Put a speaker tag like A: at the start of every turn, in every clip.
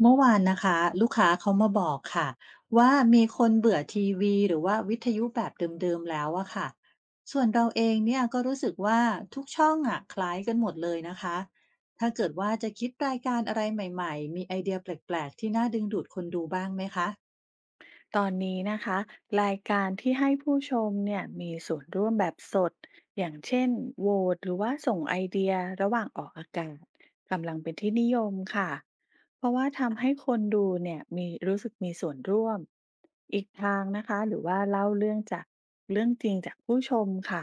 A: เมื่อวานนะคะลูกค้าเขามาบอกค่ะว่ามีคนเบื่อทีวีหรือว่าวิทยุแบบเดิมๆแล้วอะค่ะส่วนเราเองเนี่ยก็รู้สึกว่าทุกช่องอะคล้ายกันหมดเลยนะคะถ้าเกิดว่าจะคิดรายการอะไรใหม่ๆมีไอเดียแปลกๆที่น่าดึงดูดคนดูบ้างไหมคะ
B: ตอนนี้นะคะรายการที่ให้ผู้ชมเนี่ยมีส่วนร่วมแบบสดอย่างเช่นโหวตหรือว่าส่งไอเดียระหว่างออกอากาศกำลังเป็นที่นิยมค่ะเพราะว่าทำให้
A: อ่ะ
B: คนดูเนี่ยมีรู้สึกมีส่วนร่วมอีกทางนะคะหรือว่าเล่าเรื่องจากเรื่องจริงจากผู้ชมค่ะ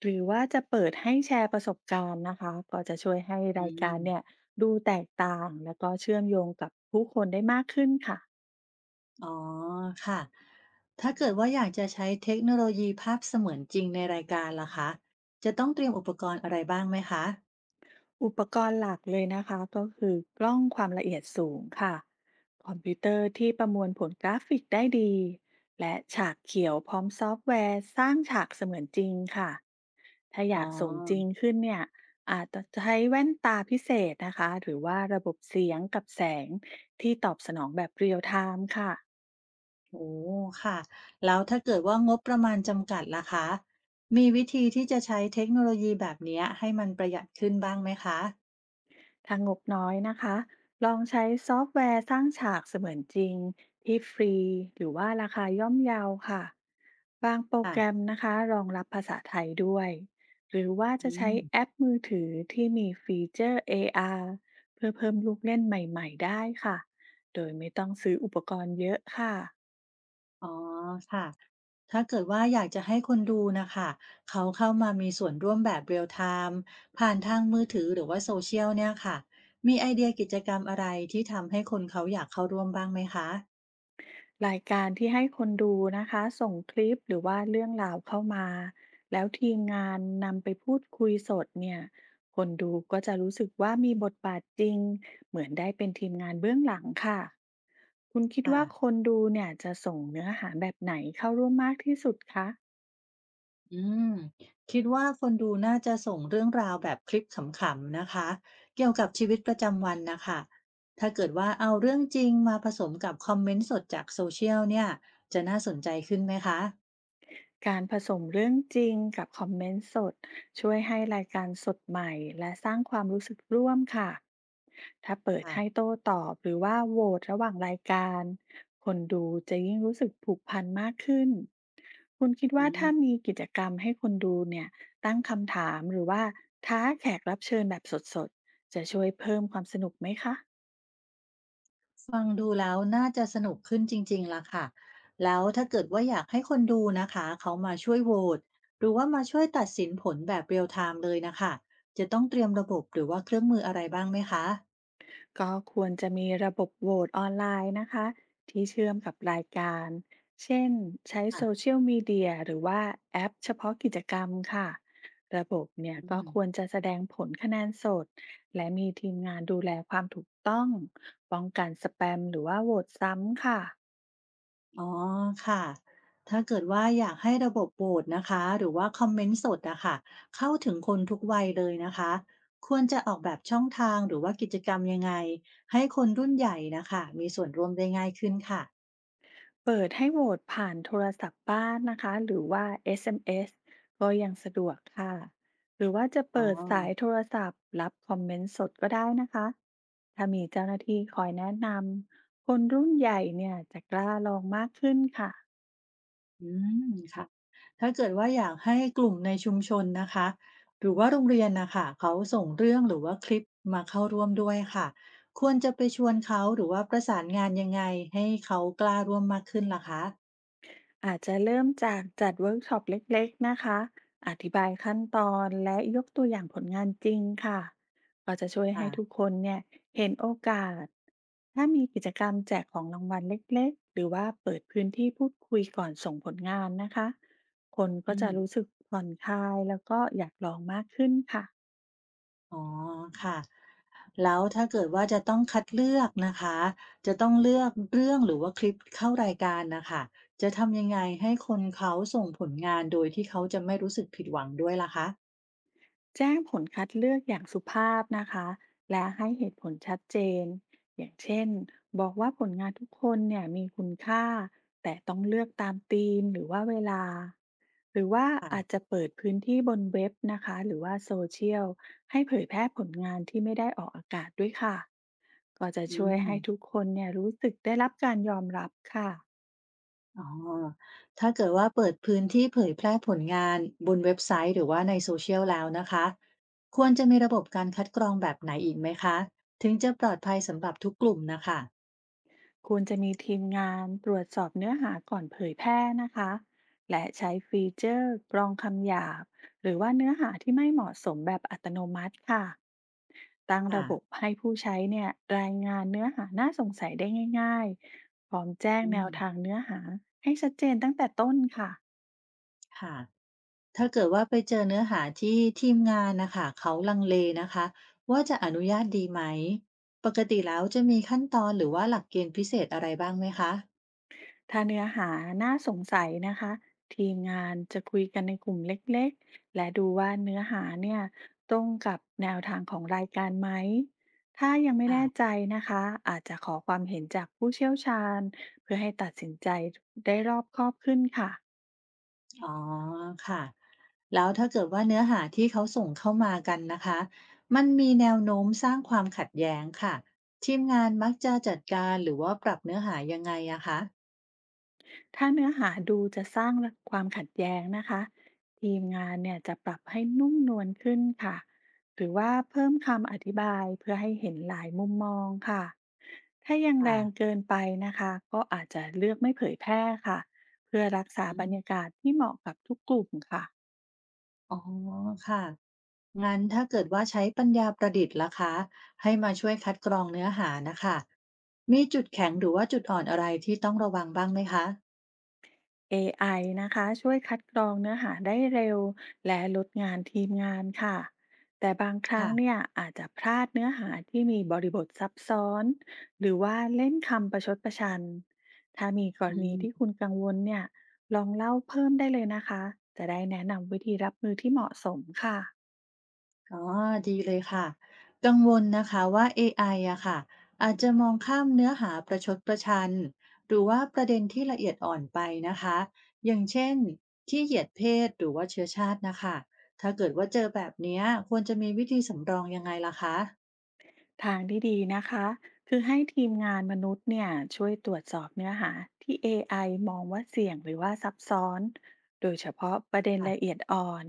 B: หรือว่าจะเปิดให้แชร์ประสบการณ์นะคะก็จะช่วยให้
A: อื
B: รายการ
A: ม
B: เนี่ยดูแตกต่างแล้วก็เชื่อมโยงกับผู้คนได้มากขึ้นค่ะ
A: อ๋อค่ะถ้าเกิดว่าอยากจะใช้เทคโนโลยีภาพเสมือนจริงในรายการล่ะคะจะต้องเตรียมอุปกรณ์อะไรบ้างไหมคะ
B: อุปกรณ์หลักเลยนะคะก็คือกล้องความละเอียดสูงค่ะคอมพิวเตอร์ที่ประมวลผลกราฟิกได้ดีและฉากเขียวพร้อมซอฟต์แวร์สร้างฉากเสมือนจริงค่ะถ้าอ
A: อ๋อ
B: ยากส่งจริงขึ้นเนี่ยอาจจะใช้แว่นตาพิเศษนะคะหรือว่าระบบเสียงกับแสงที่ตอบสนองแบบเรียลไทม์ค่ะ
A: โอ้ ค่ะ แล้วถ้าเกิดว่างบประมาณจำกัดล่ะคะ มีวิธีที่จะใช้เทคโนโลยีแบบเนี้ยให้มันประหยัดขึ้นบ้างไหมคะ
B: ถ้างบน้อยนะคะ ลองใช้ซอฟต์แวร์สร้างฉากเสมือนจริงที่ฟรีหรือว่าราคาย่อมเยาค่ะ บางโปร
A: ค่ะ
B: แกรมนะคะรองรับภาษาไทยด้วย หรือว่าจะ
A: อื
B: ใช้
A: ม
B: แอปมือถือที่มีฟีเจอร์ AR เพื่อเพิ่มลูกเล่นใหม่ๆได้ค่ะ โดยไม่ต้องซื้ออุปกรณ์เยอะค่ะ
A: อ๋อ ค่ะ ถ้าเกิดว่าอยากจะให้คนดูนะคะ เขาเข้ามามีส่วนร่วมแบบ real time ผ่านทางมือถือหรือว่า social เชียลเนี่ยค่ะ มีไอเดียกิจกรรมอะไรที่ทำให้คนเขาอยากเข้าร่วมบ้างไหมคะ
B: รายการที่ให้คนดูนะคะส่งคลิปหรือว่าเรื่องราวเข้ามาแล้วทีมงานนำไปพูดคุยสดเนี่ยคนดูก็จะรู้สึกว่ามีบทบาทจริงเหมือนได้เป็นทีมงานเบื้องหลังค่ะคุณคิด
A: ค่ะ
B: ว่าคนดูเนี่ยจะส่งเนื้อหาแบบไหนเข้าร่วมมากที่สุดคะ
A: อืมคิดว่าคนดูน่าจะส่งเรื่องราวแบบคลิปขำๆนะคะเกี่ยวกับชีวิตประจำวันนะคะถ้าเกิดว่าเอาเรื่องจริงมาผสมกับคอมเมนต์สดจากโซเชียลเนี่ยจะน่าสนใจขึ้นไหมคะ
B: การผสมเรื่องจริงกับคอมเมนต์สดช่วยให้รายการสดใหม่และสร้างความรู้สึกร่วมค่ะถ้าเปิด
A: ค่ะ
B: ให้โต้ตอบหรือว่าโหวตระหว่างรายการคนดูจะยิ่งรู้สึกผูกพันมากขึ้นคุณคิด
A: อื
B: ว่า
A: ม
B: ถ้ามีกิจกรรมให้คนดูเนี่ยตั้งคำถามหรือว่าท้าแขกรับเชิญแบบสดๆจะช่วยเพิ่มความสนุกไหมคะ
A: ฟังดูแล้วน่าจะสนุกขึ้นจริงๆละค่ะแล้วถ้าเกิดว่าอยากให้คนดูนะคะเขามาช่วยโหวตหรือว่ามาช่วยตัดสินผลแบบเรียลไทม์เลยนะคะจะต้องเตรียมระบบหรือว่าเครื่องมืออะไรบ้างไหมคะ
B: ก็ควรจะมีระบบโหวตออนไลน์นะคะที่เชื่อมกับรายการ เช่นใช้โซ
A: ค่ะ
B: เชียลมีเดียหรือว่าแอปเฉพาะกิจกรรมค่ะระบบเนี่ย
A: อื
B: ก็
A: ม
B: ควรจะแสดงผลคะแนนสดและมีทีมงานดูแลความถูกต้องป้องกันสแปมหรือว่าโหวตซ้ำค่ะ
A: อ๋อค่ะถ้าเกิดว่าอยากให้ระบบโหวตนะคะหรือว่าคอมเมนต์สดอะค่ะเข้าถึงคนทุกวัยเลยนะคะควรจะออกแบบช่องทางหรือว่ากิจกรรมยังไงให้คนรุ่นใหญ่นะคะมีส่วนร่วมได้ง่ายขึ้นค่ะ
B: เปิดให้โหวตผ่านโทรศัพท์บ้านนะคะหรือว่า SMS ก็ยังสะดวกค่ะหรือว่าจะ
A: อ๋อ
B: เปิดสายโทรศัพท์รับคอมเมนต์สดก็ได้นะคะถ้ามีเจ้าหน้าที่คอยแนะนำคนรุ่นใหญ่เนี่ยจะกล้าลองมากขึ้นค่ะ
A: อืมค่ะถ้าเกิดว่าอยากให้กลุ่มในชุมชนนะคะหรือว่าโรงเรียนนะคะเขาส่งเรื่องหรือว่าคลิปมาเข้าร่วมด้วยค่ะควรจะไปชวนเขาหรือว่าประสานงานยังไงให้เขากล้าร่วมมากขึ้นล่ะคะ
B: อาจจะเริ่มจากจัดเวิร์กช็อปเล็กๆนะคะ อธิบายขั้นตอนและยกตัวอย่างผลงานจริงค่ะก็จะช่วยให้ทุก
A: อ่า
B: คนเนี่ยเห็นโอกาส ถ้ามีกิจกรรมแจกของรางวัลเล็กๆหรือว่าเปิดพื้นที่พูดคุยก่อนส่งผลงานนะคะ คนก็
A: อื
B: จะรู้
A: ม
B: สึกผ่อนคลายแล้วก็อยากลองมากขึ้นค่ะ
A: อ๋อค่ะแล้วถ้าเกิดว่าจะต้องคัดเลือกนะคะจะต้องเลือกเรื่องหรือว่าคลิปเข้ารายการนะค่ะจะทำยังไงให้คนเขาส่งผลงานโดยที่เขาจะไม่รู้สึกผิดหวังด้วยล่ะคะ
B: แจ้งผลคัดเลือกอย่างสุภาพนะคะและให้เหตุผลชัดเจนอย่างเช่นบอกว่าผลงานทุกคนเนี่ยมีคุณค่าแต่ต้องเลือกตามธีมหรือว่าเวลาหรือว่า
A: ค่ะ
B: อาจจะเปิดพื้นที่บนเว็บนะคะหรือว่าโซเชียลให้เผยแพร่ผลงานที่ไม่ได้ออกอากาศด้วยค่ะก็จะ
A: อื
B: ช่วย
A: ม
B: ให้ทุกคนเนี่ยรู้สึกได้รับการยอมรับค่ะ
A: อ๋อถ้าเกิดว่าเปิดพื้นที่เผยแพร่ผลงานบนเว็บไซต์หรือว่าใน s o ช i a l แล้วนะคะควรจะมีระบบการคัดกรองแบบไหนอีกไหมคะถึงจะปลอดภัยสำหรับทุกกลุ่มนะคะ
B: ควรจะมีทีมงานตรวจสอบเนื้อหาก่อนเผยแพร่นะคะและใช้ฟีเจอร์กรองคำหยาบหรือว่าเนื้อหาที่ไม่เหมาะสมแบบอัตโนมัติค่ะตั้ง
A: ค่ะ
B: ระบบให้ผู้ใช้เนี่ยรายงานเนื้อหาน่าสงสัยได้ง่ายๆพร้อมแจ้ง
A: อื
B: แน
A: ม
B: วทางเนื้อหาให้ชัดเจนตั้งแต่ต้นค่ะ
A: ค่ะ ถ้าเกิดว่าไปเจอเนื้อหาที่ทีมงานนะคะเขาลังเลนะคะว่าจะอนุญาตดีไหมปกติแล้วจะมีขั้นตอนหรือว่าหลักเกณฑ์พิเศษอะไรบ้างไหมคะ
B: ถ้าเนื้อหาน่าสงสัยนะคะทีมงานจะคุยกันในกลุ่มเล็กๆและดูว่าเนื้อหาเนี่ยตรงกับแนวทางของรายการไหมถ้ายังไม่แน่
A: อ่ะ
B: ใจนะคะอาจจะขอความเห็นจากผู้เชี่ยวชาญเพื่อให้ตัดสินใจได้รอบคอบขึ้นค่ะ
A: อ๋อค่ะแล้วถ้าเกิดว่าเนื้อหาที่เขาส่งเข้ามากันนะคะมันมีแนวโน้มสร้างความขัดแย้งค่ะทีมงานมักจะจัดการหรือว่าปรับเนื้อหายังไงอะคะ
B: ถ้าเนื้อหาดูจะสร้างความขัดแย้งนะคะทีมงานเนี่ยจะปรับให้นุ่มนวลขึ้นค่ะหรือว่าเพิ่มคำอธิบายเพื่อให้เห็นหลายมุมมองค่ะถ้ายังแร
A: ค่ะ
B: งเกินไปนะคะก็อาจจะเลือกไม่เผยแพร่ค่ะเพื่อรักษา
A: อื
B: บรร
A: ม
B: ยากาศที่เหมาะกับทุกกลุ่มค่ะ
A: อ๋อค่ะ งั้นถ้าเกิดว่าใช้ปัญญาประดิษฐ์ล่ะคะให้มาช่วยคัดกรองเนื้อหานะคะมีจุดแข็งหรือว่าจุดอ่อนอะไรที่ต้องระวังบ้างไหมคะ
B: AI นะคะช่วยคัดกรองเนื้อหาได้เร็วและลดงานทีมงานค่ะแต่บางครั้ง
A: ค่ะ
B: เนี่ยอาจจะพลาดเนื้อหาที่มีบริบทซับซ้อนหรือว่าเล่นคำประชดประชันถ้ามีกร
A: อื
B: ณีที่
A: ม
B: คุณกังวลเนี่ยลองเล่าเพิ่มได้เลยนะคะจะได้แนะนำวิธีรับมือที่เหมาะสมค่ะ
A: อ๋อดีเลยค่ะกังวลนะคะว่า AIอะค่ะอาจจะมองข้ามเนื้อหาประชดประชันหรือว่าประเด็นที่ละเอียดอ่อนไปนะคะอย่างเช่นที่เหยียดเพศหรือว่าเชื้อชาตินะคะถ้าเกิดว่าเจอแบบเนี้ยควรจะมีวิธีสำรองยังไงล่ะคะ
B: ทางที่ดีนะคะคือให้ทีมงานมนุษย์เนี่ยช่วยตรวจสอบเนื้อหาที่ AI มองว่าเสี่ยงหรือว่าซับซ้อนโดยเฉพาะประเด็นละเอี
A: ค่ะ
B: ยดอ่อน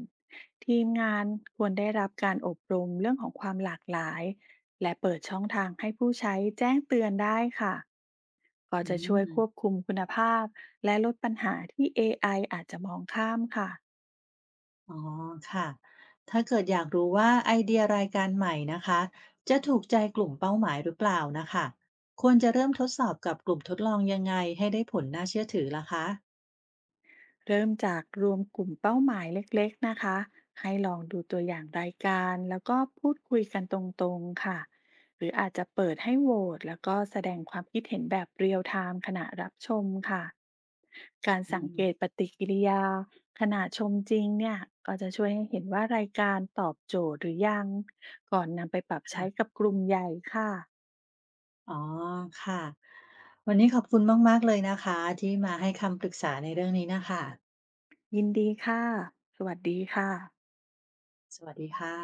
B: ทีมงานควรได้รับการอบรมเรื่องของความหลากหลายและเปิดช่องทางให้ผู้ใช้แจ้งเตือนได้ค่ะก็
A: อื
B: จะช่วยควบ
A: ม
B: คุมคุณภาพและลดปัญหาที่ AI อไออาจจะมองข้ามค่ะ
A: อ๋อค่ะ ถ้าเกิดอยากรู้ว่าไอเดียรายการใหม่นะคะจะถูกใจกลุ่มเป้าหมายหรือเปล่านะคะควรจะเริ่มทดสอบกับกลุ่มทดลองยังไงให้ได้ผลน่าเชื่อถือล่ะคะ
B: เริ่มจากรวมกลุ่มเป้าหมายเล็กๆนะคะให้ลองดูตัวอย่างรายการแล้วก็พูดคุยกันตรงๆค่ะหรืออาจจะเปิดให้โหวตแล้วก็แสดงความคิดเห็นแบบเรียลไทม์ขณะรับชมค่ะการ
A: อื
B: สัง
A: ม
B: เกตปฏิกิริยาขณะชมจริงเนี่ยก็จะช่วยให้เห็นว่ารายการตอบโจทย์หรือยังก่อนนำไปปรับใช้
A: ค่ะ
B: กับกลุ่มใหญ่ค่ะ
A: อ๋อค่ะวันนี้ขอบคุณมากๆเลยนะคะที่มาให้คำปรึกษาในเรื่องนี้นะคะ
B: ยินดีค่ะสวัสดีค่ะ
A: สวัสดีค่ะ